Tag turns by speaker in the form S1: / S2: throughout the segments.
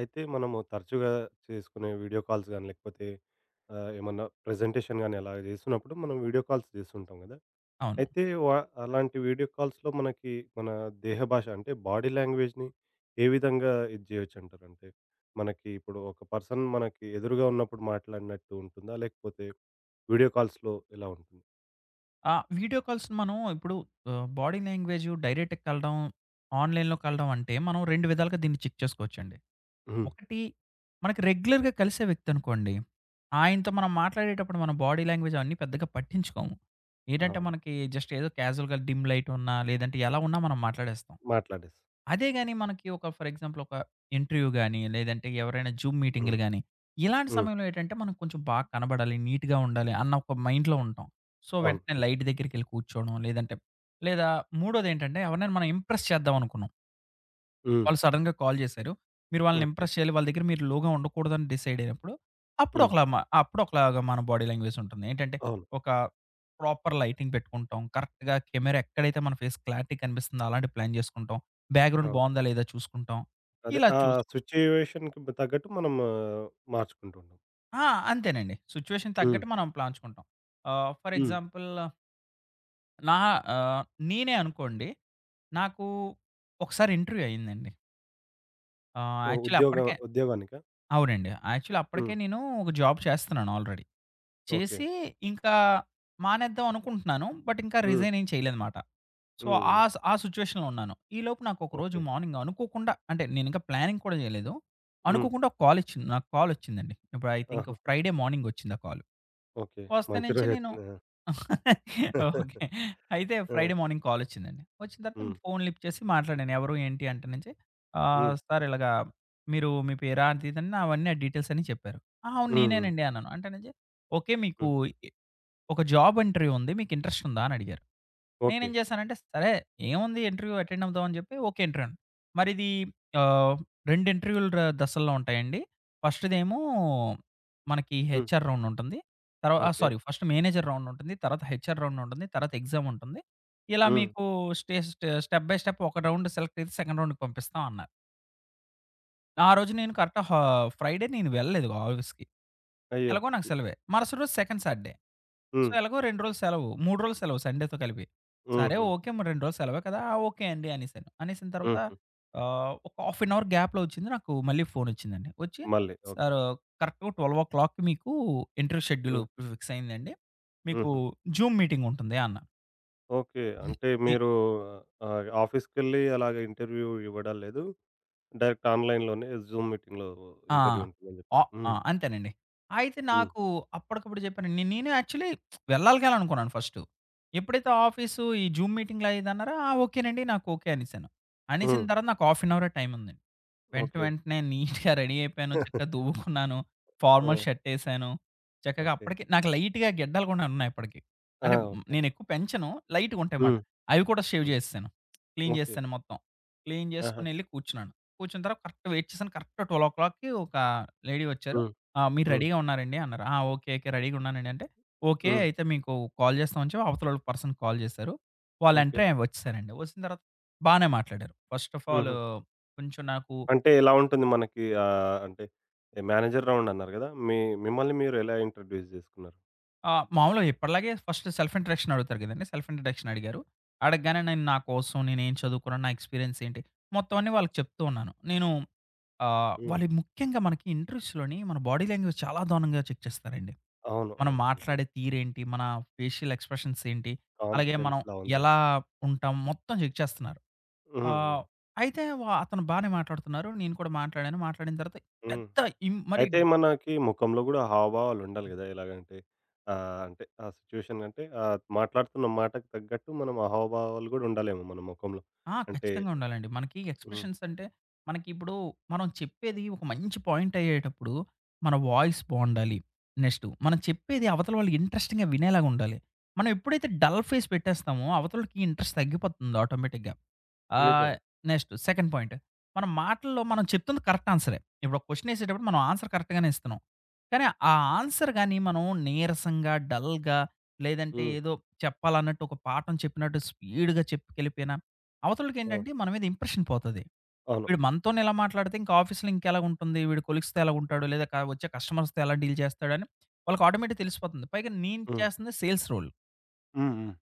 S1: అయితే మనము తరచుగా చేసుకునే వీడియో కాల్స్ గానీ, లేకపోతే ఏమన్నా ప్రెజెంటేషన్ గానీ అలాగ జేస్తున్నప్పుడు మనం వీడియో కాల్స్ జేస్తుంటాం గదా!
S2: అవును.
S1: అయితే వా అలాంటి వీడియో కాల్స్‌లో మనకి మన దేహ భాష అంటే బాడీ లాంగ్వేజ్‌ని ఏ విధంగా ఇది జేయొచ్చంటారు? అంటే మనకి ఇప్పుడు ఒక పర్సన్ మనకి ఎదురుగా ఉన్నప్పుడు మాట్లాడినట్టు ఉంటుందా? లేకపోతే వీడియో కాల్స్‌లో ఎలా ఉంటుంది?
S2: వీడియో కాల్స్ మనం ఇప్పుడు బాడీ లాంగ్వేజు డైరెక్ట్‌గా కలడం, ఆన్‌లైన్‌లో కలడం అంటే మనం 2 విధాలుగా దీన్ని చెక్ చేసుకోవచ్చండి.
S1: హ్మ్.
S2: ఒకటి మనకి రెగ్యులర్‌గా కలిసే వ్యక్తి అనుకోండి. ఆయనతో మనం మాట్లాడేటప్పుడు మన బాడీ లాంగ్వేజ్ అవన్నీ పెద్దగా పట్టించుకోము. ఏంటంటే
S1: అవును.
S2: మనకి జస్ట్ ఏదో క్యాజువల్‌గా డిమ్ లైట్ ఉన్నా లేదంటే ఎలా ఉన్నా మనం మాట్లాడేస్తాం.
S1: మాట్లాడేసి.
S2: అదే గాని మనకి ఒక ఫర్ ఎగ్జాంపుల్ ఒక ఇంటర్వ్యూ గాని, లేదంటే ఎవరైనా జూమ్ మీటింగ్‌లు
S1: హ్మ్.
S2: గాని, ఇలాంటి
S1: హ్మ్.
S2: సమయంలో ఏంటంటే మనం కొంచెం బాగా కనబడాలి, నీట్‌గా ఉండాలి అన్న ఒక మైండ్‌లో ఉంటాం. సో,
S1: అవును.
S2: వెంటనే
S1: నిజం.
S2: లైట్ దగ్గరికెళ్లి కూర్చోవడం. లేదంటే లేదా మూడోదేంటంటే ఎవరినైనా మనం ఇంప్రెస్ చేద్దాం అనుకున్నాం.
S1: హ్మ్.
S2: వాళ్ళు సడెన్‌గా కాల్ చేశారు. మీరు వాళ్ళని
S1: ఓకే.
S2: ఇంప్రెస్ చేయాలి. వాళ్ళ దగ్గర మీరు లోగా ఉండకూడదని డిసైడ్ అయినప్పుడు, అప్పుడు
S1: హ్మ్.
S2: ఒకలా మ అప్పుడు ఒకలాగా మన బాడీ లాంగ్వేజ్ ఉంటుంది. ఏంటంటే
S1: అవును.
S2: ఒక ప్రాపర్ లైటింగ్ పెట్టుకుంటాం. కరెక్ట్‌గా కెమెరా ఎక్కడైతే మన ఫేస్ క్లారిటీ కనిపిస్తుందో అలాంటి ప్లాన్ చేసుకుంటాం. బ్యాక్‌గ్రౌండ్
S1: అవును.
S2: బావుందా లేదా చూసుకుంటాం.
S1: అదే.
S2: ఇలా
S1: ఆ
S2: చూసుకుంటాం.
S1: సిట్యుయేషన్‌కి తగ్గట్టు మనం మార్చుకుంటూ ఉంటాం.
S2: ఆ! అంతేనండి. సిట్యుయేషన్
S1: హ్మ్.
S2: తగ్గట్టు మనం ప్లాన్ చుకుంటాం. For
S1: hmm.
S2: ఎగ్జాంపుల్ నా ఆహ్, నేనే అనుకోండి. నాకు ఒకసారి ఇంటర్వ్యూ అయిందండి. యాక్చువల్లీ
S1: ఉద్యోగ
S2: అప్పటికే
S1: ఉద్యోగానికా?
S2: అవునండి. యాక్చువల్లీ అప్పటికే
S1: హ్మ్.
S2: నేను ఒక జాబ్ చేస్తున్నాను ఆల్రెడీ.
S1: ఓకే.
S2: చేసి ఇంకా మానేద్దాం అనుకుంటున్నాను. బట్ ఇంకా
S1: హ్మ్.
S2: రిజైన్ ఏం చేయలేదన్నమాట. సో,
S1: హ్మ్. హ్మ్.
S2: ఆ సిట్యుయేషన్‌లో ఉన్నాను. ఈలోపు నాకు ఒకరోజు
S1: ఓకే.
S2: మార్నింగ్ అనుకోకుండా అంటే నేను ఇంకా ప్లానింగ్ కూడా చేయలేదు.
S1: హ్మ్.
S2: అనుకోకుండా ఒక కాల్ ఇచ్చింది. నాకు కాల్ వచ్చిందండి. ఇప్పుడు ఐ థింక్
S1: ఆహా!
S2: ఫ్రైడే మార్నింగ్ వచ్చింది ఆ కాల్.
S1: ఓకే.
S2: వస్తే
S1: మంచి
S2: నుంచి నేను
S1: రోజొచ్చింది. ఆ!
S2: ఓకే. అయితే
S1: ఆ!
S2: ఫ్రైడే మార్నింగ్ కాలొచ్చిందండి. వచ్చిన తర్వాత నేను
S1: హ్మ్.
S2: ఫోన్ లిఫ్ట్ చేసి మాట్లాడాను. ఎవరు ఏంటి అంటే నుంచి
S1: హ్మ్.
S2: సార్ ఇలాగా మీరు మీ పేరా అది ఇది అని అవన్నీ డీటెయిల్స్ అన్నీ చెప్పారు. అవును
S1: హ్మ్. హ్మ్.
S2: నేనేనండి అన్నాను. అంటే నుంచి ఓకే మీకు
S1: హ్మ్.
S2: ఒక జాబ్ ఇంటర్వ్యూ ఉంది. మీకు ఇంట్రెస్ట్ ఉందా? అని అడిగారు.
S1: ఓకే.
S2: నేనేం చేశానంటే, సరే ఏముంది ఇంటర్వ్యూ అటెండ్ అవుదాం అని చెప్పి ఓకే ఇంటర్వ్యూ‌ని. మరి ఇది ఆహ్, 2 ఇంటర్వ్యూ‌లు ర దశల్లో ఉంటాయండి. ఫస్ట్‌దేమో మనకి
S1: హ్మ్.
S2: హెచ్ఆర్ రౌండ్ ఉంటుంది. ఆ!
S1: Okay.
S2: Sorry, first manager round ఉంటుంది. తర్వాత హెచ్ఆర్ రౌండ్ ఉంటుంది. తర్వాత ఎగ్జామ్ ఉంటుంది. ఇలా
S1: హ్మ్.
S2: మీకు stay stay step by step ఒక రౌండ్ సెలెక్ట్ అయితే సెకండ్ రౌండ్‌కి పంపిస్తాం అన్నారు. ఆ రోజు నేను కరెక్ట్ హా ఫ్రైడే నేను వెళ్ళలేదు ఆఫీస్‌కి.
S1: అయ్యో!
S2: ఎలాగో నాకు సెలవే. మరుసటి రోజు సెకండ్ సాటర్‌డే. సో,
S1: హ్మ్.
S2: ఎలాగో 2 రోజులు సెలవు. 3 రోజులు సెలవు సండేతో కలిపి. సరే
S1: హుహు.
S2: ఓకే. మరి 2 రోజులు సెలవే కదా! ఆ! ఓకే అండి అనేసాను. అనేసిన తర్వాత
S1: హుహు.
S2: ఒక హాఫ్ అన్ అవర్ గ్యాప్‌లో వచ్చింది నాకు మళ్ళీ ఫోనొచ్చిందండి. వచ్చి
S1: మళ్ళీ. ఓకే.
S2: సారు కరెక్ట్‌గా 12:00కి మీకు ఇంటర్వ్యూ షెడ్యూల్
S1: హ్మ్.
S2: ఫిక్స్ అయిందండి. మీకు
S1: హుహు.
S2: జూమ్ మీటింగ్ ఉంటుంది
S1: ఓకే. అంటే
S2: అన్నారు.
S1: మీరు ఆఫీస్‌కెళ్ళి అలాగే ఇంటర్వ్యూ ఇవ్వడాల్లేదు? డైరెక్ట్ ఆన్‌లైన్‌లోనే జూమ్ మీటింగ్‌లో
S2: ఆ!
S1: ఇంటర్వ్యూ ఉంటుందని
S2: ఆ!
S1: జెప్పారు.
S2: ఆ!
S1: హ్మ్.
S2: అంతేనండి. అయితే
S1: హ్మ్.
S2: నాకు అప్పటికప్పుడు చెప్పాను. నేను యాక్చువల్లీ వెళ్ళాలిగాలనుకున్నాను ఫస్టు. ఎప్పుడైతే ఆఫీసు ఈ జూమ్ మీటింగ్‌లో అయ్యేదన్నారో, ఓకేనండి. నాకు ఓకే అనేసాను. అనేసిన
S1: హ్మ్.
S2: తర్వాత నాకు హాఫ్ అన్ అవరే టైమ్ ఉందండి.
S1: ఓకే.
S2: వెంటనే నీట్‌గా రెడీ అయిపోయాను. చక్కగా దువ్వుకున్నాను.
S1: ఆ!
S2: ఫార్మల్ షర్ట్ ఎసాను. చక్కగా
S1: ఓకే.
S2: అప్పటికి నాకు లైట్‌గా గిడ్డలు కూడా ఉన్నాయి అప్పటికి.
S1: ఆ!
S2: అంటే
S1: ఓకే.
S2: నేను ఎక్కువ పెంచను. లైట్‌గా ఉంటాయన్నమాట.
S1: హ్మ్.
S2: అవి కూడా షేవ్
S1: హ్మ్.
S2: చేసేసాను. Clean
S1: okay.
S2: చేసేసాను మొత్తం. క్లీన్
S1: ఆహా!
S2: చేసుకొని ఎళ్లి కూర్చున్నాను. కూర్చున్న తర్వాత కరెక్ట్ వెయిట్ చేశాను. కరెక్ట్ 12:00కి ఒక లేడీ వచ్చారు.
S1: హ్మ్.
S2: "మీరు
S1: హ్మ్.
S2: రెడీగా ఉన్నారండి?" అన్నారు. "ఆ! ఓకే. ఓకే. రెడీగా ఉన్నానండి" అంటే, "ఓకే.
S1: హ్మ్.
S2: అయితే మీకు కాల్ చేస్తామని" చెప్పి అవతలోళ్ళ పర్సన్‌కి కాల్ చేశారు. వాళ్ళు ఎంటర్
S1: ఓకే.
S2: అయ్యి వచ్చేసారండి. వచ్చిన తర్వాత బానే మాట్లాడారు. ఫస్ట్ ఆఫ్ ఆల్
S1: హుహు.
S2: కొంచెం నాకు
S1: అంటే ఎలా ఉంటుంది మనకి అంటే మేనేజర్ రౌండ్ అన్నారు గదా! మిమ్మల్ని మీరు ఎలా ఇంట్రొడ్యూస్ జేసుకున్నారు?
S2: మామూలుగా ఎప్పటిలాగే ఫస్ట్ సెల్ఫ్ ఇంట్రడక్షన్ అడుగుతారు కదండీ! సెల్ఫ్ ఇంట్రడక్షన్ అడిగారు. అడగగానే నేను నా కోసం, నేనేం చదువుకున్నాను, నా ఎక్స్‌పీరియన్స్ ఏంటి, మొత్తం అన్నీ వాళ్ళకి చెప్తూ ఉన్నాను.
S1: హ్మ్.
S2: వాళ్ళు ముఖ్యంగా మనకి ఇంటర్వ్యూస్‌లోని మన బాడీ లాంగ్వేజ్ చాలా దారుణంగా చెక్ చేస్తారండి.
S1: అవును.
S2: మనం
S1: అవును. నిజమే.
S2: మాట్లాడే తీరేంటి? మన ఫేషియల్ ఎక్స్‌ప్రెషన్స్ ఏంటి? అలాగే మనం
S1: కాన్ఫిడెన్స్‌లా ఉంది.
S2: ఎలా ఉంటాం? మొత్తం చెక్ చేస్తున్నారు.
S1: హ్మ్. హ్మ్.
S2: ఆహ్, అయితే అతను బానే మాట్లాడుతున్నారు. నేను కూడా మాట్లాడాను. మాట్లాడిన తర్వాత
S1: హ్మ్.
S2: పెద్ద ఇం మరి
S1: అయితే మనకి ముఖంలో గూడా హావభావాలు ఉండాలి గదా! ఎలాగంటే అంటే ఆ సిట్యుయేషన్ అంటే మాట్లాడుతున్న మాటకు తగ్గట్టు మనం ఆ హావభావాలు గూడా ఉండాలేమో మన ముఖంలో.
S2: ఆ!
S1: అంటే
S2: ఖచ్చితంగా ఉండాలండి. మనకి
S1: హ్మ్.
S2: ఎక్స్‌ప్రెషన్స్ అంటే, మనకిప్పుడు మనం చెప్పేది ఒక మంచి పాయింట్ అయ్యేటప్పుడు, మన వాయిస్ బావుండాలి. నెక్స్ట్ మనం చెప్పేది అవతల వాళ్ళు ఇంట్రెస్టింగ్‌గా వినేలాగా ఉండాలి. మనం ఎప్పుడైతే డల్ ఫేస్ పెట్టేస్తామో, అవతలోళ్ళకి ఇంట్రెస్ట్ తగ్గిపోతుంది ఆటోమేటిక్‌గా. ఆహ్,
S1: నిజంగా.
S2: Next second point. మన మాటల్లో మనం చెప్తుంది కరెక్ట్ ఆన్సరే. ఇప్పుడు ఒక క్వెషన్ ఏసేటప్పుడు మనం ఆన్సర్ కరెక్ట్‌గానే ఇస్తున్నాం. కానీ ఆ ఆన్సర్ గాని మనం నీరసంగా, డల్‌గా లేదంటే
S1: హ్మ్.
S2: ఏదో చెప్పాలన్నట్టు ఒక పాఠం చెప్పినట్టు స్పీడ్‌గా చెప్పుకెళ్ళిపోయిన
S1: ఆ!
S2: అవతలోళ్ళకేంటంటే మన మీద ఇంప్రెషన్ పోతది.
S1: అవును.
S2: వీడు మనతోనే ఇలా మాట్లాడితే ఇంకా ఆఫీస్‌లో ఇంకెలాగుంటుంది? వీడు కొలీగ్స్‌తో ఎలాగుంటాడు? లేదా వచ్చే కస్టమర్స్‌తో ఎలా డీల్ చేస్తాడని వాళ్ళకి ఆటోమేటిక్ తెలిసిపోతుంది. పైగా నేను
S1: హ్మ్.
S2: చేస్తుంది సేల్స్ రోల్.
S1: హ్మ్. హ్మ్.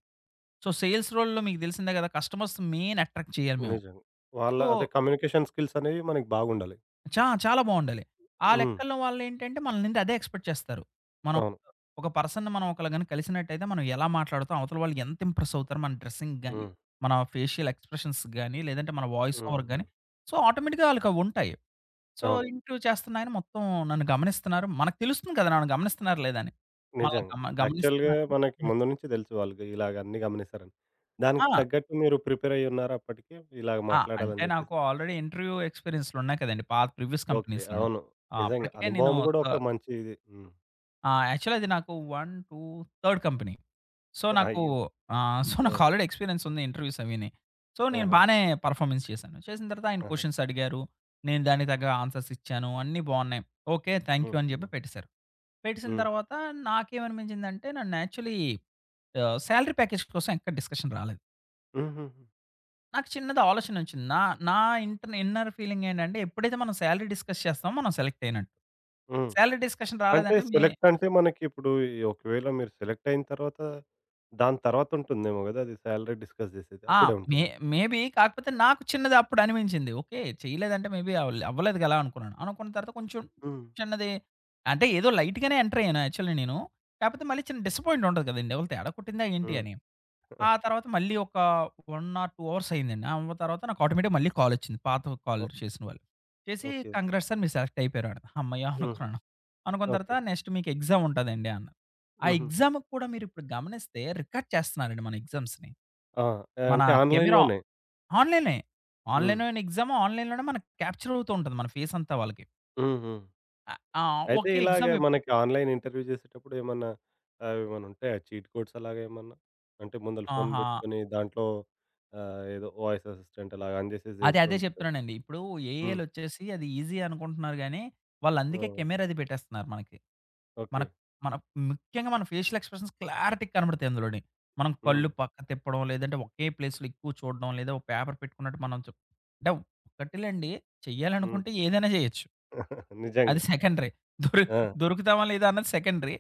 S2: సో, సేల్స్ రోల్‌లో మీకు తెలిసిందే కదా! కస్టమర్స్ మెయిన్ అట్రాక్ట్ చేయాలి మేము.
S1: నిజంగా. వాళ్ళ
S2: సో,
S1: అదే కమ్యూనికేషన్ స్కిల్స్ అనేవి మనకి బాగుండాలి.
S2: చాలా బావుండాలి. ఆ
S1: హ్మ్.
S2: లెక్కలో వాళ్ళేంటంటే మన నుండి అదే ఎక్స్‌పెక్ట్ చేస్తారు. మనం
S1: అవును.
S2: ఒక పర్సన్‌ని మనం ఒకళ్ళ గాని కలిసినట్టయితే మనం ఎలా మాట్లాడుతాం? అవతల వాళ్ళు ఎంత ఇంప్రెస్ అవుతారు? మన డ్రెస్సింగ్ గాని,
S1: హ్మ్.
S2: మన ఫేషియల్ ఎక్స్‌ప్రెషన్స్ గాని, లేదంటే మన వాయిస్
S1: హ్మ్.
S2: ఓవర్ గాని.
S1: హ్మ్.
S2: సో, ఆటోమేటిక్‌గా ఆళ్ళకవుంటాయి. సో,
S1: అవును.
S2: ఇంటర్వ్యూ చేస్తున్నాయన మొత్తం నన్ను గమనిస్తున్నారు. మనకు తెలుస్తుంది కదా! నన్ను గమనిస్తున్నారా లేదా అని. మనల్ని
S1: నిజంగా.
S2: గమ
S1: యాక్చువల్‌గా
S2: గమనిస్తున్నారు.
S1: మనకి
S2: హ్మ్.
S1: ముందు నుంచి తెలుసు వాళ్ళు ఇలాగ అన్నీ గమనిస్తారని.
S2: ఆ!
S1: దానికి తగ్గట్టు మీరు ప్రిపేర్ అయ్యి ఉన్నారా అప్పటికే? ఇలాగ
S2: ఆ! అంటే
S1: మాట్లాడాలని
S2: నాకు
S1: జెప్పేసి?
S2: ఆల్రెడీ ఇంటర్వ్యూ ఎక్స్‌పీరియన్స్‌లున్నాయి కదండీ! పాత ప్రీవియస్
S1: ఓకే.
S2: కంపెనీస్‌లోని.
S1: అవును. నిజంగా.
S2: అప్పటికే నేను
S1: అనుభవం గూడా
S2: త
S1: ఒక మంచి ఇది. హ్మ్.
S2: యాక్చువల్లీ అది నాకు 1, 2, థర్డ్ కంపెనీ. సో, నాకు
S1: అయ్యో! ఆ!
S2: నాకు ఆల్రెడీ ఎక్స్‌పీరియన్స్ ఉంది ఇంటర్‌వ్యూస్ అవిని. సో, నేను
S1: ఆహా!
S2: బానే పర్‌ఫార్మెన్స్ చేశాను. చేసిన తర్వాత ఆయన
S1: ఆహా!
S2: క్వెషన్స్ అడిగారు. నేను దానికి తగ్గ ఆన్సర్స్ ఇచ్చాను. అన్నీ బావున్నాయి. ఓకే. థాంక్ యూ
S1: హ్మ్.
S2: అని చెప్పి
S1: హ్మ్.
S2: పెట్టేశారు. పెట్టేసిన
S1: హ్మ్.
S2: తర్వాత నాకేమనిపించిందంటే నన్ను యాక్చువల్లీ సాలరీ ప్యాకేజ్ కోసం ఎక్కడ డిస్కషన్ రాలేదు.
S1: హుహుహు.
S2: నాకు చిన్నది ఆలోచన వచ్చింది. నా నా ఇన్నర్ ఫీలింగ్ ఏంటంటే ఎప్పుడైతే మనం సాలరీ డిస్కస్ చేస్తామో మనం సెలెక్ట్ అయినట్టు.
S1: హ్మ్.
S2: సాలరీ డిస్కషన్
S1: అంటే
S2: రాలేదంటే మే
S1: సెలెక్ట్ అంటే మనకిప్పుడు ఈ ఒకవేళ మీరు సెలెక్ట్ అయిన తర్వాత దాని తర్వాత ఉంటుందేమో గదా! అది సాలరీ డిస్కస్ జేసేది.
S2: ఆ!
S1: అప్పుడే
S2: మే
S1: ఉంటుందా?
S2: మేబీ కాకపోతే నాకు చిన్నది అప్పుడు అనిపించింది. ఓకే. చేయలేదంటే మేబీ అవ్వలేదు కదా! అనుకున్నాను. అనుకున్న తర్వాత కొంచెం
S1: హ్మ్.
S2: చిన్నది అంటే ఏదో లైట్‌గానే ఎంటర్ అయ్యాను యాక్చువల్లీ నేను. కాకపోతే మళ్ళీ చిన్న డిసప్పాయింట్ ఉంటది కదండీ! ఎవళ తేడా కొట్టిందా ఏంటి
S1: హ్మ్.
S2: అని. ఆ తర్వాత మళ్ళీ ఒక 1 ఆర్ 2 అవర్స్ అయిందండి. ఆ తర్వాత నాకు ఆటోమేటిక్‌గా మళ్ళీ కాల్ వచ్చింది. పాత కాల్
S1: ఓ
S2: చేసిన వాళ్ళు. చేసి
S1: ఓకే.
S2: "కంగ్రాట్స్ సార్ మీరు సెలెక్ట్ అయిపోయారు" అన్నారు. హమ్మయ్య!
S1: హుహు.
S2: అనుకున్నాను. అనుకున్న
S1: ఓకే.
S2: తర్వాత నెక్స్ట్ మీకు ఎగ్జామ్ ఉంటదండి అన్నారు. ఆ
S1: హుహు.
S2: ఎగ్జామ్‌కి కూడా మీరు ఇప్పుడు గమనిస్తే రికార్డ్ చేస్తున్నారండి మన ఎగ్జామ్స్‌ని.
S1: ఆ!
S2: మన
S1: అంటే
S2: కెమెరా
S1: ఆన్‌లైన్‌లోనే.
S2: ఆన్‌లైనే.
S1: హ్మ్.
S2: ఆన్‌లైన్‌లో అయిన ఎగ్జామ్ ఆన్‌లైన్‌లోనే మనకు క్యాప్చర్ అవుతూ ఉంటుంది మన ఫేస్ అంతా వాళ్ళకి.
S1: హ్మ్. హ్మ్.
S2: ఆహ్, ఆ!
S1: అయితే
S2: ఒకే
S1: ఇలాగ
S2: ఎగ్జామ్ ఎప్పుడు
S1: మనకి ఆన్‌లైన్ ఇంటర్వ్యూ చేసేటప్పుడు ఏమన్నా ఏమన్నా ఉంటాయా చీట్ కోడ్స్ అలాగా ఏమన్నా? అంటే ముందల ఫోన్
S2: ఆహా!
S1: పెట్టుకొని దాంట్లో ఏదో వాయిస్ అసిస్టెంట్ అలాగా ఆన్ చేసేసి చేస్తూ
S2: అదే
S1: ఉంటారు.
S2: చెప్తున్నానండి. ఇప్పుడు
S1: హ్మ్.
S2: ఏఐ‌లొచ్చేసి అది ఈజీ అనుకుంటున్నారు గానీ, వాళ్ళు
S1: ఆ!
S2: అందుకే కెమెరా అది పెట్టేస్తున్నారు మనకి. మన
S1: ఓకే.
S2: మన ముఖ్యంగా మన ఫేషియల్ ఎక్స్‌ప్రెషన్స్ క్లారిటీగా కనబడతాయి అందులోని. మనం
S1: హ్మ్.
S2: కళ్ళు పక్క తిప్పడం, లేదంటే ఒకే ప్లేస్‌లో ఎక్కువ చూడడం, లేదా ఒక పేపర్ పెట్టుకున్నట్టు మనం చు అంటే ఒకటిలండి,
S1: హ్మ్.
S2: చెయ్యాలనుకుంటే ఏదైనా చేయొచ్చు. అది
S1: నిజంగా.
S2: సెకండరీ. దొరి
S1: ఆ!
S2: దొరుకుతామా లేదా అన్నది సెకండరీ.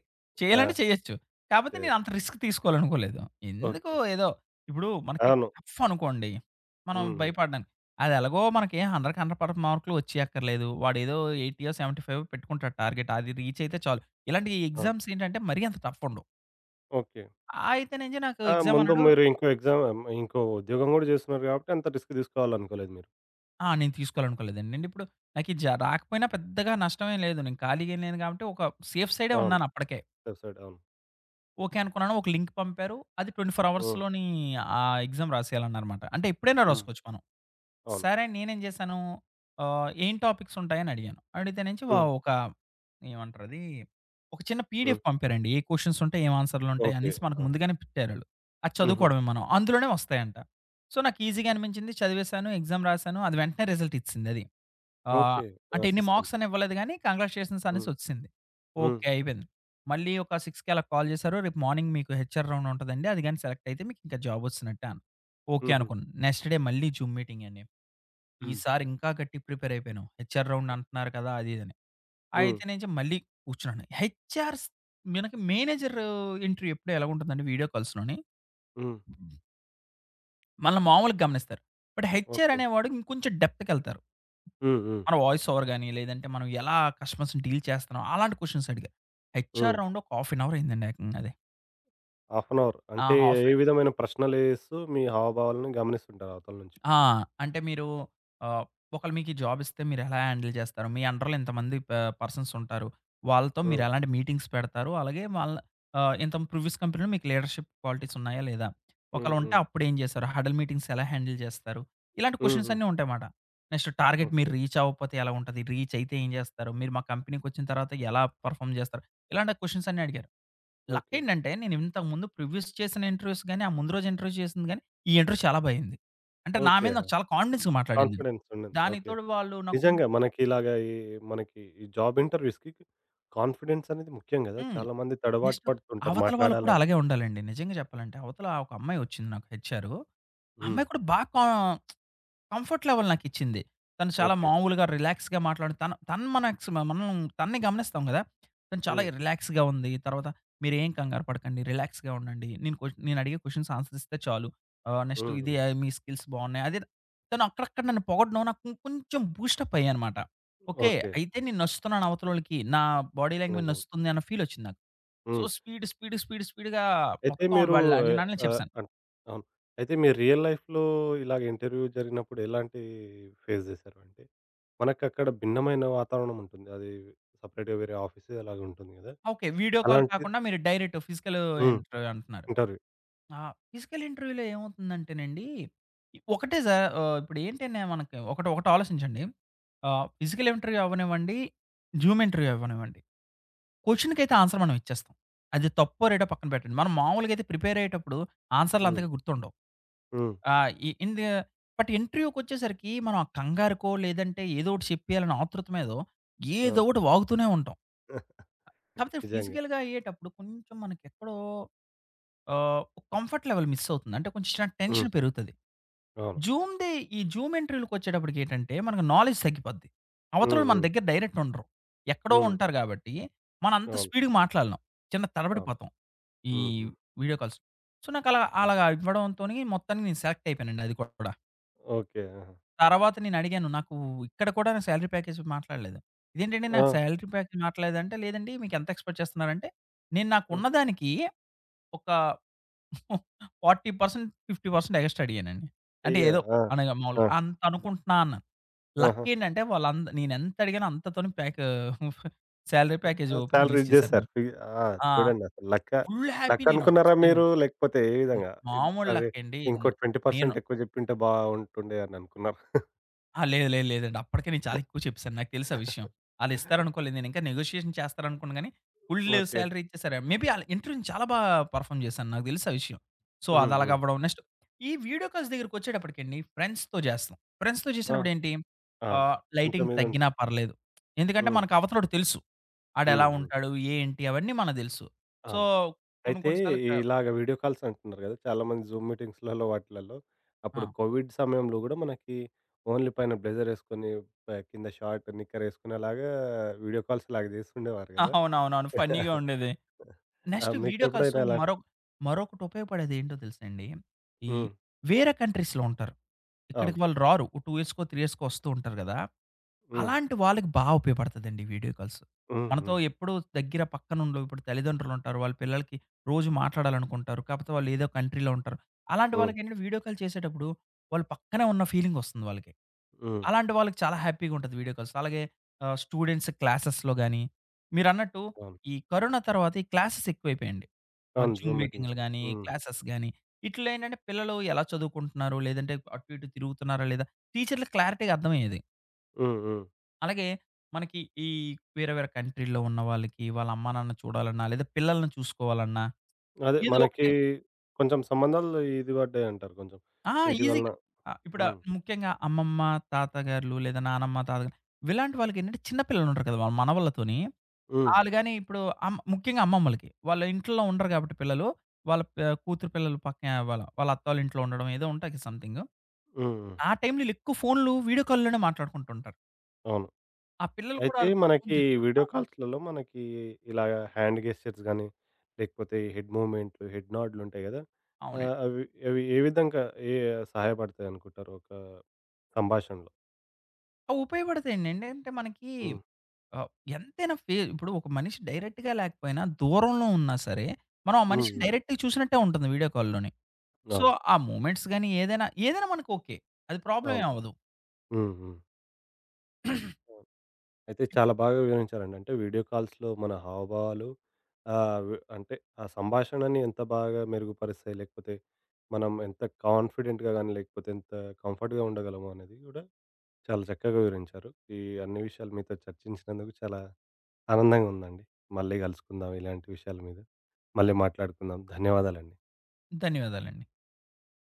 S1: ఆ!
S2: చేయాలంటే చేయొచ్చు. కాపోతే
S1: చే
S2: నేనంత రిస్క్ తీసుకోవాలనుకోలేదు. ఎందుకో
S1: ఓకే.
S2: ఏదో ఇప్పుడు మనకి
S1: అవును.
S2: టఫ్ అనుకోండి. మనం
S1: హ్మ్. హ్మ్.
S2: భయపడ్డానికి. అదెలాగో మనకేం 100కి 100 మార్కులు వచ్చేయక్కర్లేదు. వాడేదో 80 75 పెట్టుకుంటాడు టార్గెట్. అది రీచ్ అయితే చాలు. ఇలాంటి
S1: ఆ!
S2: ఎగ్జామ్స్ ఏంటంటే మరీ అంత టఫ్ ఉండవు.
S1: ఓకే.
S2: అయితే నుంచి నాకు
S1: ఆ!
S2: ఎగ్జామ్
S1: ముందు
S2: అన్నాడు
S1: మీరు ఇంకో ఎగ్జామ్ ఇంకో ఉద్యోగం కూడా చేస్తున్నారు కాబట్టి అంత రిస్క్ తీసుకోవాలనుకోలేదు మీరు.
S2: ఆ! నేను తీసుకోవాలనుకోలేదండి. నేనిప్పుడు నాకు ఇది జ రాకపోయినా పెద్దగా నష్టమేం లేదు. నేను ఖాళీగా ఏం లేను కాబట్టి ఒక సేఫ్ సైడే
S1: అవును.
S2: ఉన్నానప్పటికే.
S1: వెబ్‌సైట్ అవును.
S2: ఓకే అనుకున్నాను. ఒక లింక్ పంపారు. అది 24
S1: హ్మ్.
S2: అవర్స్‌లోని ఆ ఎగ్జామ్ రాసేయాలన్నారన్నమాట. అంటే ఎప్పుడైనా
S1: హ్మ్.
S2: రాసుకోవచ్చు మనం.
S1: అవును.
S2: సరే అని నేనేం జేశాను, ఏం టాపిక్స్ ఉంటాయని అడిగాను. అడిగితే నుంచి
S1: హ్మ్.
S2: ఒక ఏమంటారది, ఒక చిన్న
S1: హ్మ్.
S2: పీడీఎఫ్ పంపారండి. ఏ క్వెషన్స్ ఉంటాయి, ఏం ఆన్సర్‌లు ఉంటాయి
S1: ఓకే.
S2: అనేసి మనకు
S1: ఆ!
S2: ముందుగానే పెట్టారాళ్ళు. అది
S1: హుహు.
S2: చదువుకోవడమే మనం. అందులోనే వస్తాయంట. సో, నాకు ఈజీగా అనిపించింది. చదివేశాను, ఎగ్జామ్ రాసాను. అది వెంటనే రిజల్ట్ ఇచ్చేసిందది. ఆహ్,
S1: ఓకే.
S2: అంటే
S1: ఆ!
S2: ఎన్ని
S1: సిస్టమ్.
S2: మార్క్స్ అని ఇవ్వలేదు గానీ, కంగ్రాచ్యులేషన్స్
S1: హ్మ్.
S2: అనేసొచ్చేసింది.
S1: హ్మ్.
S2: ఓకే. అయిపోయింది. మళ్ళీ ఒక 6కి అలా కాల్ చేశారు. రేపు మార్నింగ్ మీకు హెచ్ఆర్ రౌండ్ ఉంటదండి. అది గాని సెలెక్ట్ అయితే మీకు ఇంకా జాబ్ వచ్చినట్టే అన్నారు. ఓకే
S1: హుహు.
S2: అనుకున్నాను. నెక్స్ట్ డే మళ్ళీ జూమ్ మీటింగ్ అండి.
S1: హ్మ్.
S2: ఈసారి ఇంకా గట్టిగా ప్రిపేర్ అయిపోయాను. హెచ్ఆర్ రౌండ్ అంటున్నారు కదా! అది ఇదని.
S1: హ్మ్.
S2: అయితే నుంచి మళ్ళీ కూర్చున్నాను. హెచ్ఆర్స్ మనకి మేనేజర్ ఇంటర్వ్యూ ఎప్పుడూ ఎలాగుంటుందంటే వీడియో కాల్స్‌లోని,
S1: హ్మ్.
S2: మనల్ని మామూలుగా గమనిస్తారు. But HR
S1: okay.
S2: అనేవాడు ఇంకొంచెం డెప్త్‌కెళ్తారు.
S1: హ్మ్. హ్మ్.
S2: మన వాయిస్ ఓవర్ గాని, లేదంటే మనం ఎలా కస్టమర్స్‌ని డీల్ చేస్తున్నాం అలాంటి క్వెషన్స్ అడిగా. హెచ్ఆర్
S1: హ్మ్.
S2: రౌండ్ ఒక హాఫ్ అన్ అవర్ అయిందండి ఏకంగా అది.
S1: Half an hour.
S2: ఆ!
S1: అంటే
S2: హాఫ్
S1: ఏ విధమైన ప్రశ్నలేస్తూ మీ హావభావాలను గమనిస్తుంటారు అవతల నుంచి.
S2: ఆ! అంటే మీరు ఆహ్, ఒకళ్ళు మీకీ జాబిస్తే మీరెలా హ్యాండిల్ చేస్తారు? మీ అండర్‌లో ఇంతమంది పర్సన్స్ ఉంటారు. వాళ్ళతో
S1: హ్మ్.
S2: మీరెలాంటి మీటింగ్స్ పెడతారు? అలాగే వాళ్ళ ఇంత ప్రీవియస్ కంపెనీలో మీకు లీడర్‌షిప్ క్వాలిటీస్ ఉన్నాయా? లేదా? ఒకవేళ
S1: హ్మ్.
S2: ఉంటే
S1: హ్మ్.
S2: అప్పుడేం చేశారు? హడల్ మీటింగ్స్ ఎలా హ్యాండిల్ చేస్తారు? ఇలాంటి క్వెషన్స్
S1: హుహు.
S2: అన్నీ ఉంటాయన్నమాట. నెక్స్ట్ టార్గెట్ మీరు
S1: ఓకే.
S2: రీచ్ అవ్వకపోతే ఎలా ఉంటది? రీచ్ అయితే ఏం చేస్తారు? మీరు మా కంపెనీకొచ్చిన తర్వాత ఎలా పెర్ఫార్మ్ చేస్తారు? ఇలాంటి క్వెషన్స్ అన్నీ అడిగారు. Luck
S1: okay.
S2: ఏంటంటే, నేను ఇంతకుముందు ప్రివ్యూస్ చేసిన ఇంటర్వ్యూస్ గాని, ఆ ముందు రోజు ఇంటర్వ్యూ చేసింది గాని, ఈ ఇంటర్వ్యూ చాలా బా అయింది. అంటే నా మీద
S1: ఓకే.
S2: నాకు చాలా కాన్ఫిడెన్స్‌గా మాట్లాడాను నేను.
S1: కాన్ఫిడెన్స్ ఉండింది.
S2: దానికి
S1: ఓకే.
S2: తోడు వాళ్ళు నాకు కొంచెం
S1: నిజంగా మనకి ఇలాగ ఈ మనకి ఈ జాబ్ ఇంటర్వ్యూస్‌కి కాన్ఫిడెన్స్ అనేది ముఖ్యం గదా!
S2: హ్మ్.
S1: చాలా మంది తడబాటు
S2: నెక్స్ట్
S1: పడుతుంటారు
S2: అవతల వాళ్ళు కూడా
S1: మాట్లాడాలంటే
S2: అలాగే
S1: కూడా.
S2: ఉండాలండి. నిజంగా చెప్పాలంటే, అవతల ఒక అమ్మాయి వచ్చింది నాకు హెచ్ఆరు. ఆ
S1: హ్మ్.
S2: అమ్మాయి కూడా బా కా కంఫర్ట్ లెవెల్ నాకిచ్చింది. తను చాలా
S1: ఓకే.
S2: మామూలుగా రిలాక్స్‌గా మాట్లాడి తను మనక్స్ మనం తనని గమనిస్తాం గదా! తను చాలా
S1: హ్మ్.
S2: రిలాక్స్‌గా ఉంది. తర్వాత మీరేం కంగారు పడకండి. రిలాక్స్‌గా ఉండండి. నేను అడిగే క్వెషన్స్ ఆన్సర్స్ ఇస్తే చాలు. నెక్స్ట్
S1: హ్మ్. హ్మ్.
S2: మీ స్కిల్స్ బావున్నాయి. అది తను అక్కడక్కడ నన్ను పొగడడం నాకు కొంచెం బూస్టప్ అయ్యానమాట. ఓకే.
S1: ఓకే.
S2: అయితే నేను నచ్చుతున్నాను అవతలోళ్ళకి. నా బాడీ లాంగ్వేజ్
S1: నిజంగా.
S2: నచ్చుతుంది అన్న ఫీల్ వచ్చింది నాకు. సో,
S1: హ్మ్.
S2: స్పీడ్, స్పీడ్, స్పీడ్, స్పీడ్‌గా
S1: అయితే
S2: మొత్తం
S1: మీరు
S2: వాళ్ళు
S1: ఆహ్,
S2: అడిగినన్ని
S1: ఆహ్,
S2: చెప్పేసాను.
S1: అన్ అవును. అయితే మీరు రియల్ లైఫ్‌లో ఇలాగ ఇంటర్వ్యూ జరిగినప్పుడు ఎలాంటి ఫేస్ చేశారు? అంటే మనకక్కడ భిన్నమైన వాతావరణం ఉంటుంది. అది సెపరేట్‌గా వేరే ఆఫీసు అలాగే ఉంటుంది గదా!
S2: ఓకే. వీడియో కాల్
S1: అలాంటి
S2: కాకుండా మీరు డైరెక్ట్ ఫిజికల్
S1: హ్మ్.
S2: ఇంటర్వ్యూ అంటున్నారు.
S1: ఇంటర్వ్యూ.
S2: ఆ! ఫిజికల్ ఇంటర్వ్యూలో ఏమవుతుందంటేనండి, ఒకటే సార్ ఇప్పుడు ఏంటనే మనకి ఒకటి ఒకటి ఆలోచించండి. ఫిజికల్ ఇంటర్వ్యూ అవ్వనివ్వండి, జూమ్ ఇంటర్వ్యూ అవ్వనివ్వండి, క్వెషన్‌కైతే ఆన్సర్ మనం ఇచ్చేస్తాం. అది తప్పో రైటో పక్కన పెట్టండి. మనం మామూలుగా అయితే ప్రిపేర్ అయ్యేటప్పుడు ఆన్సర్‌లు
S1: హ్మ్.
S2: అంతగా గుర్తుండవు.
S1: హ్మ్.
S2: ఆహ్, ఇ ఇన్ ద బట్ ఇంటర్వ్యూకొచ్చేసరికి మనం ఆ కంగారుకో, లేదంటే ఏదో ఒకటి చెప్పేయాలనే ఆతృత మీదో ఏదో
S1: ఆ!
S2: ఒకటి వాగుతూనే ఉంటాం. కాకపోతే
S1: నిజంగా.
S2: ఫిజికల్‌గా అయ్యేటప్పుడు కొంచెం మనకెక్కడో ఆహ్, కంఫర్ట్ లెవెల్ మిస్ అవుతుంది. అంటే కొంచెం
S1: హ్మ్.
S2: టెన్షన్ పెరుగుతది.
S1: అవును.
S2: జూమ్‌ది ఈ జూమ్ ఇంటర్వ్యూ‌లకొచ్చేటప్పటికి ఏంటంటే, మనకు నాలెడ్జ్ తగ్గిపోద్ది.
S1: హ్మ్.
S2: అవతలోళ్ళు మన
S1: హ్మ్.
S2: దగ్గర డైరెక్ట్ ఉండరు. ఎక్కడో
S1: హ్మ్.
S2: ఉంటారు గాబట్టి, మనం అంత
S1: అవును.
S2: స్పీడ్‌గా మాట్లాడలేం. చిన్న
S1: అవును.
S2: తడబడిపోతాం. ఈ
S1: హ్మ్. హ్మ్.
S2: Video calls. సో, నాకు అలా
S1: అవును.
S2: అలాగా ఇవ్వడంతోని మొత్తానికి నేను సెలెక్ట్ అయిపోయానండి అది కూడా.
S1: ఓకే. ఆహా!
S2: తర్వాత నేనడిగాను, ఇక్కడ కూడా నాకు సాలరీ ప్యాకేజ్ మాట్లాడలేదు. ఇదేంటండి
S1: ఆ!
S2: నాకు సాలరీ ప్యాకేజ్ మాట్లాడలేదంటే, లేదండి మీకెంత ఎక్స్‌పెక్ట్ చేస్తున్నారంటే, నేను
S1: హ్మ్.
S2: నాకున్నదానికి ఒక 40% 50% ఎగస్ట్రా అడిగానండి. అంటే
S1: అయ్యో!
S2: ఏదో
S1: ఆ!
S2: అనగా మామూలుగా
S1: ఆ!
S2: అంత అనుకుంటున్నా అన్నాను.
S1: ఆహా!
S2: లక్కేంటంటే నేనెంత అడిగానో అంతతోని సాలరీ ప్యాకేజ్
S1: ఆ!
S2: ఓపెన్
S1: సాలరీ
S2: రిలీజ్ చేశారు
S1: ఇచ్చేసారు.
S2: నాకు.
S1: ఆ!
S2: ఆ!
S1: చూడండి అసలు లక్క,
S2: ఫుల్ హ్యాపీ
S1: లక్
S2: నేను.
S1: అనుకున్నారా
S2: నేను
S1: మీరు? లేకపోతే ఏ
S2: హ్మ్.
S1: విధంగా?
S2: మామూలు
S1: అరే!
S2: లక్కేండి.
S1: ఇంకో
S2: న్ నేను
S1: 20% ఎక్కువ జెప్పింటే బావుంటుండే అని అనుకున్నారా?
S2: ఆ! లేదు లేదు లేదండి. అప్పటికే నేను చాలా ఎక్కువ చెప్పేసాను. నాకు తెలుసు ఆ విషయం. ఆళ్ళిస్తారనుకోలేదు. నేనింకా నెగోషియేషన్ చేస్తారనుకున్నా గానీ, ఫుల్
S1: ఓకే.
S2: సాలరీ ఇచ్చేసారు. మేబీ ఆళ్ళ ఇంటర్వ్యూని చాలా బా పర్ఫార్మ్ చేశాను. నాకు తెలుసు ఆ విషయం. సో,
S1: హ్మ్. హ్మ్.
S2: అదలాగవ్వడం. నెక్స్ట్ ఈ వీడియో కాల్స్ దగ్గరికొచ్చేటప్పటికండి ఫ్రెండ్స్‌తో చేస్తాం. ఫ్రెండ్స్‌తో
S1: ఆ!
S2: చేసినప్పుడేంటి
S1: అవును. కొంచెం
S2: లైటింగ్ తగ్గినా
S1: ఇదుంటుంది.
S2: పర్లేదు. ఎందుకంటే
S1: హ్మ్.
S2: మనకు అవతలోడికి తెలుసు. ఆడెలా
S1: హ్మ్. హ్మ్.
S2: ఉంటాడు? ఏంటి? అవన్నీ మనకు తెలుసు. సో,
S1: అవును.
S2: కొన్ని
S1: అయితే
S2: కొన్ని సార్లు క
S1: ఇలాగ వీడియో కాల్స్ అంటున్నారు గదా! చాలామంది జూమ్ మీటింగ్స్‌లలో వాటిలలో అప్పుడు
S2: ఆ!
S1: కోవిడ్ సమయంలో గూడా మనకి ఓన్లీ పైన బ్లేజర్ యేసుకొని, కింద షార్ట్, నిక్కర్ యేసుకునేలాగా వీడియో కాల్స్ ఇలాగ జేస్తుండేవారు గదా!
S2: అవునవునవును. ఫన్నీగా ఉండేది.
S1: ఆ!
S2: నెక్స్ట్ వీడియో కాల్స్
S1: మీకెప్పుడైనా అలా
S2: మరో మరొకటి ఉపయోగపడేది ఏంటో తెలుసా అండి? ఈ
S1: హ్మ్.
S2: వేరే కంట్రీస్‌లో ఉంటారు. ఇక్కడికి
S1: అవును.
S2: వాళ్ళు రారు. ఓ 2 ఇయర్స్‌కో, 3 ఇయర్స్‌కో వస్తూ ఉంటారు కదా!
S1: హ్మ్.
S2: అలాంటి వాళ్ళకి బా ఉపయోగపడతదండి వీడియో కాల్స్.
S1: హ్మ్.
S2: మనతో
S1: హ్మ్.
S2: ఎప్పుడూ దగ్గర పక్కనుండవు. ఇప్పుడు తల్లిదండ్రులుంటారు. వాళ్ళ పిల్లలకి రోజు మాట్లాడాలనుకుంటారు. కాకపోతే వాళ్ళు ఏదో కంట్రీలో ఉంటారు. అలాంటి
S1: హ్మ్.
S2: వాళ్ళకేంటంటే వీడియో కాల్ చేసేటప్పుడు వాళ్ళు పక్కనే ఉన్న ఫీలింగొస్తుంది వాళ్ళకి.
S1: హ్మ్.
S2: అలాంటి వాళ్ళకి చాలా హ్యాపీగా ఉంటది వీడియో కాల్స్. అలాగే స్టూడెంట్స్ క్లాసెస్‌లో గాని, మీరన్నట్టు
S1: అవును.
S2: ఈ కరోనా తర్వాత ఈ క్లాసెస్ ఎక్కువైపోయాయండి. మరి
S1: అవును.
S2: జూమ్
S1: జూమ్
S2: మీటింగ్‌లు
S1: మీటింగ్స్.
S2: గాని,
S1: హ్మ్.
S2: క్లాసెస్ గాని, ఇట్లో ఏంటంటే పిల్లలు ఎలా చదువుకుంటున్నారు? లేదంటే అటు ఇటు తిరుగుతున్నారా లేదా? టీచర్‌లకి క్లారిటీగా అర్థమయ్యేది.
S1: హ్మ్. హ్మ్.
S2: అలాగే మనకి ఈ వేరే వేరే కంట్రీలో ఉన్న వాళ్ళకి వాళ్ళ అమ్మా నాన్న చూడాలన్నా, లేదా పిల్లల్ని చూసుకోవాలన్నా
S1: అదే
S2: ఏదో
S1: మనకి
S2: ఒకటి
S1: కొంచెం సంబంధాలు ఇది పడ్డాయంటారు కొంచెం.
S2: ఆ!
S1: వీటి వలన.
S2: ఈజీగా ఇప్పుడు ఆ
S1: హ్మ్.
S2: ముఖ్యంగా అమ్మమ్మ, తాతగారులు లేదా నానమ్మ, తాతగారు ఇలాంటి వాళ్ళకేంటంటే చిన్న పిల్లలుంటారు కదా! వాళ్ళ మనవళ్ళతోని
S1: హ్మ్.
S2: ఆళ్ళు గాని ఇప్పుడు ముఖ్యంగా అమ్మమ్మలకి. వాళ్ళ ఇంట్లో ఉండరు గాబట్టి పిల్లలు. వాళ్ళ ప కూతురు పిల్లలు పక్కన వాళ్ళ, వాళ్ళ అత్తోళ్ళ ఇంట్లో ఉండడం ఏదో ఉంటాది సంథింగ్.
S1: హ్మ్. హ్మ్.
S2: ఆ టైంలో ఈళ్ళెక్కువ ఫోన్‌లు వీడియో కాల్‌లోనే మాట్లాడుకుంటుంటారు.
S1: అవును.
S2: ఆ పిల్లలు కూడా
S1: అయితే
S2: అది పట్టుకొని
S1: మనకి వీడియో
S2: తిరుగుతుంటారు.
S1: కాల్స్‌లలో మనకి ఇలాగ హ్యాండ్ గెస్చర్స్ గాని, లేకపోతే హెడ్ మూవ్‌మెంట్లు, హెడ్ నోడ్‌లుంటాయి గదా!
S2: ఆ! అవునండి.
S1: అవి అవి ఏ విధంగా ఏ సహాయపడతాయనుకుంటారు ఒక సంభాషణలో?
S2: అవి ఉపయోగపడతాయండి. ఏంటంటే మనకి
S1: హ్మ్.
S2: ఆహ్, ఎంతైనా ఇప్పుడు ఒక మనిషి డైరెక్ట్‌గా లేకపోయినా దూరంలో ఉన్నా సరే, మనం ఆ
S1: హ్మ్.
S2: మనిషిని
S1: హ్మ్.
S2: డైరెక్ట్‌గా చూసినట్టే ఉంటుంది వీడియో కాల్‌లోని. సో,
S1: అవును.
S2: ఆ మూమెంట్స్ గాని ఏదైనా మనకు ఓకే. అది ప్రాబ్లమ్ ఏం
S1: అవును.
S2: అవ్వదు.
S1: హ్మ్. హ్మ్. అవును. అయితే చాలా బాగా వివరించారండి. అంటే వీడియో కాల్స్‌లో మన హావభావాలు ఆహ్, వ్ అంటే ఆ సంభాషణని ఎంత బాగా మెరుగుపరుస్తాయి. లేకపోతే మనం ఎంత కాన్ఫిడెంట్‌గా గాని, లేకపోతే ఎంత కంఫర్ట్‌గా ఉండగలము అనేది గూడా చాలా చక్కగా వివరించారు. ఈ అన్ని విషయాలు మీతో చర్చించినందుకు చాలా ఆనందంగా ఉందండి. మళ్ళీ గలుసుకుందాం ఇలాంటి విషయాల మీద. మళ్ళీ మాట్లాడుకుందాం. ధన్యవాదాలండి.
S2: ధన్యవాదాలండి.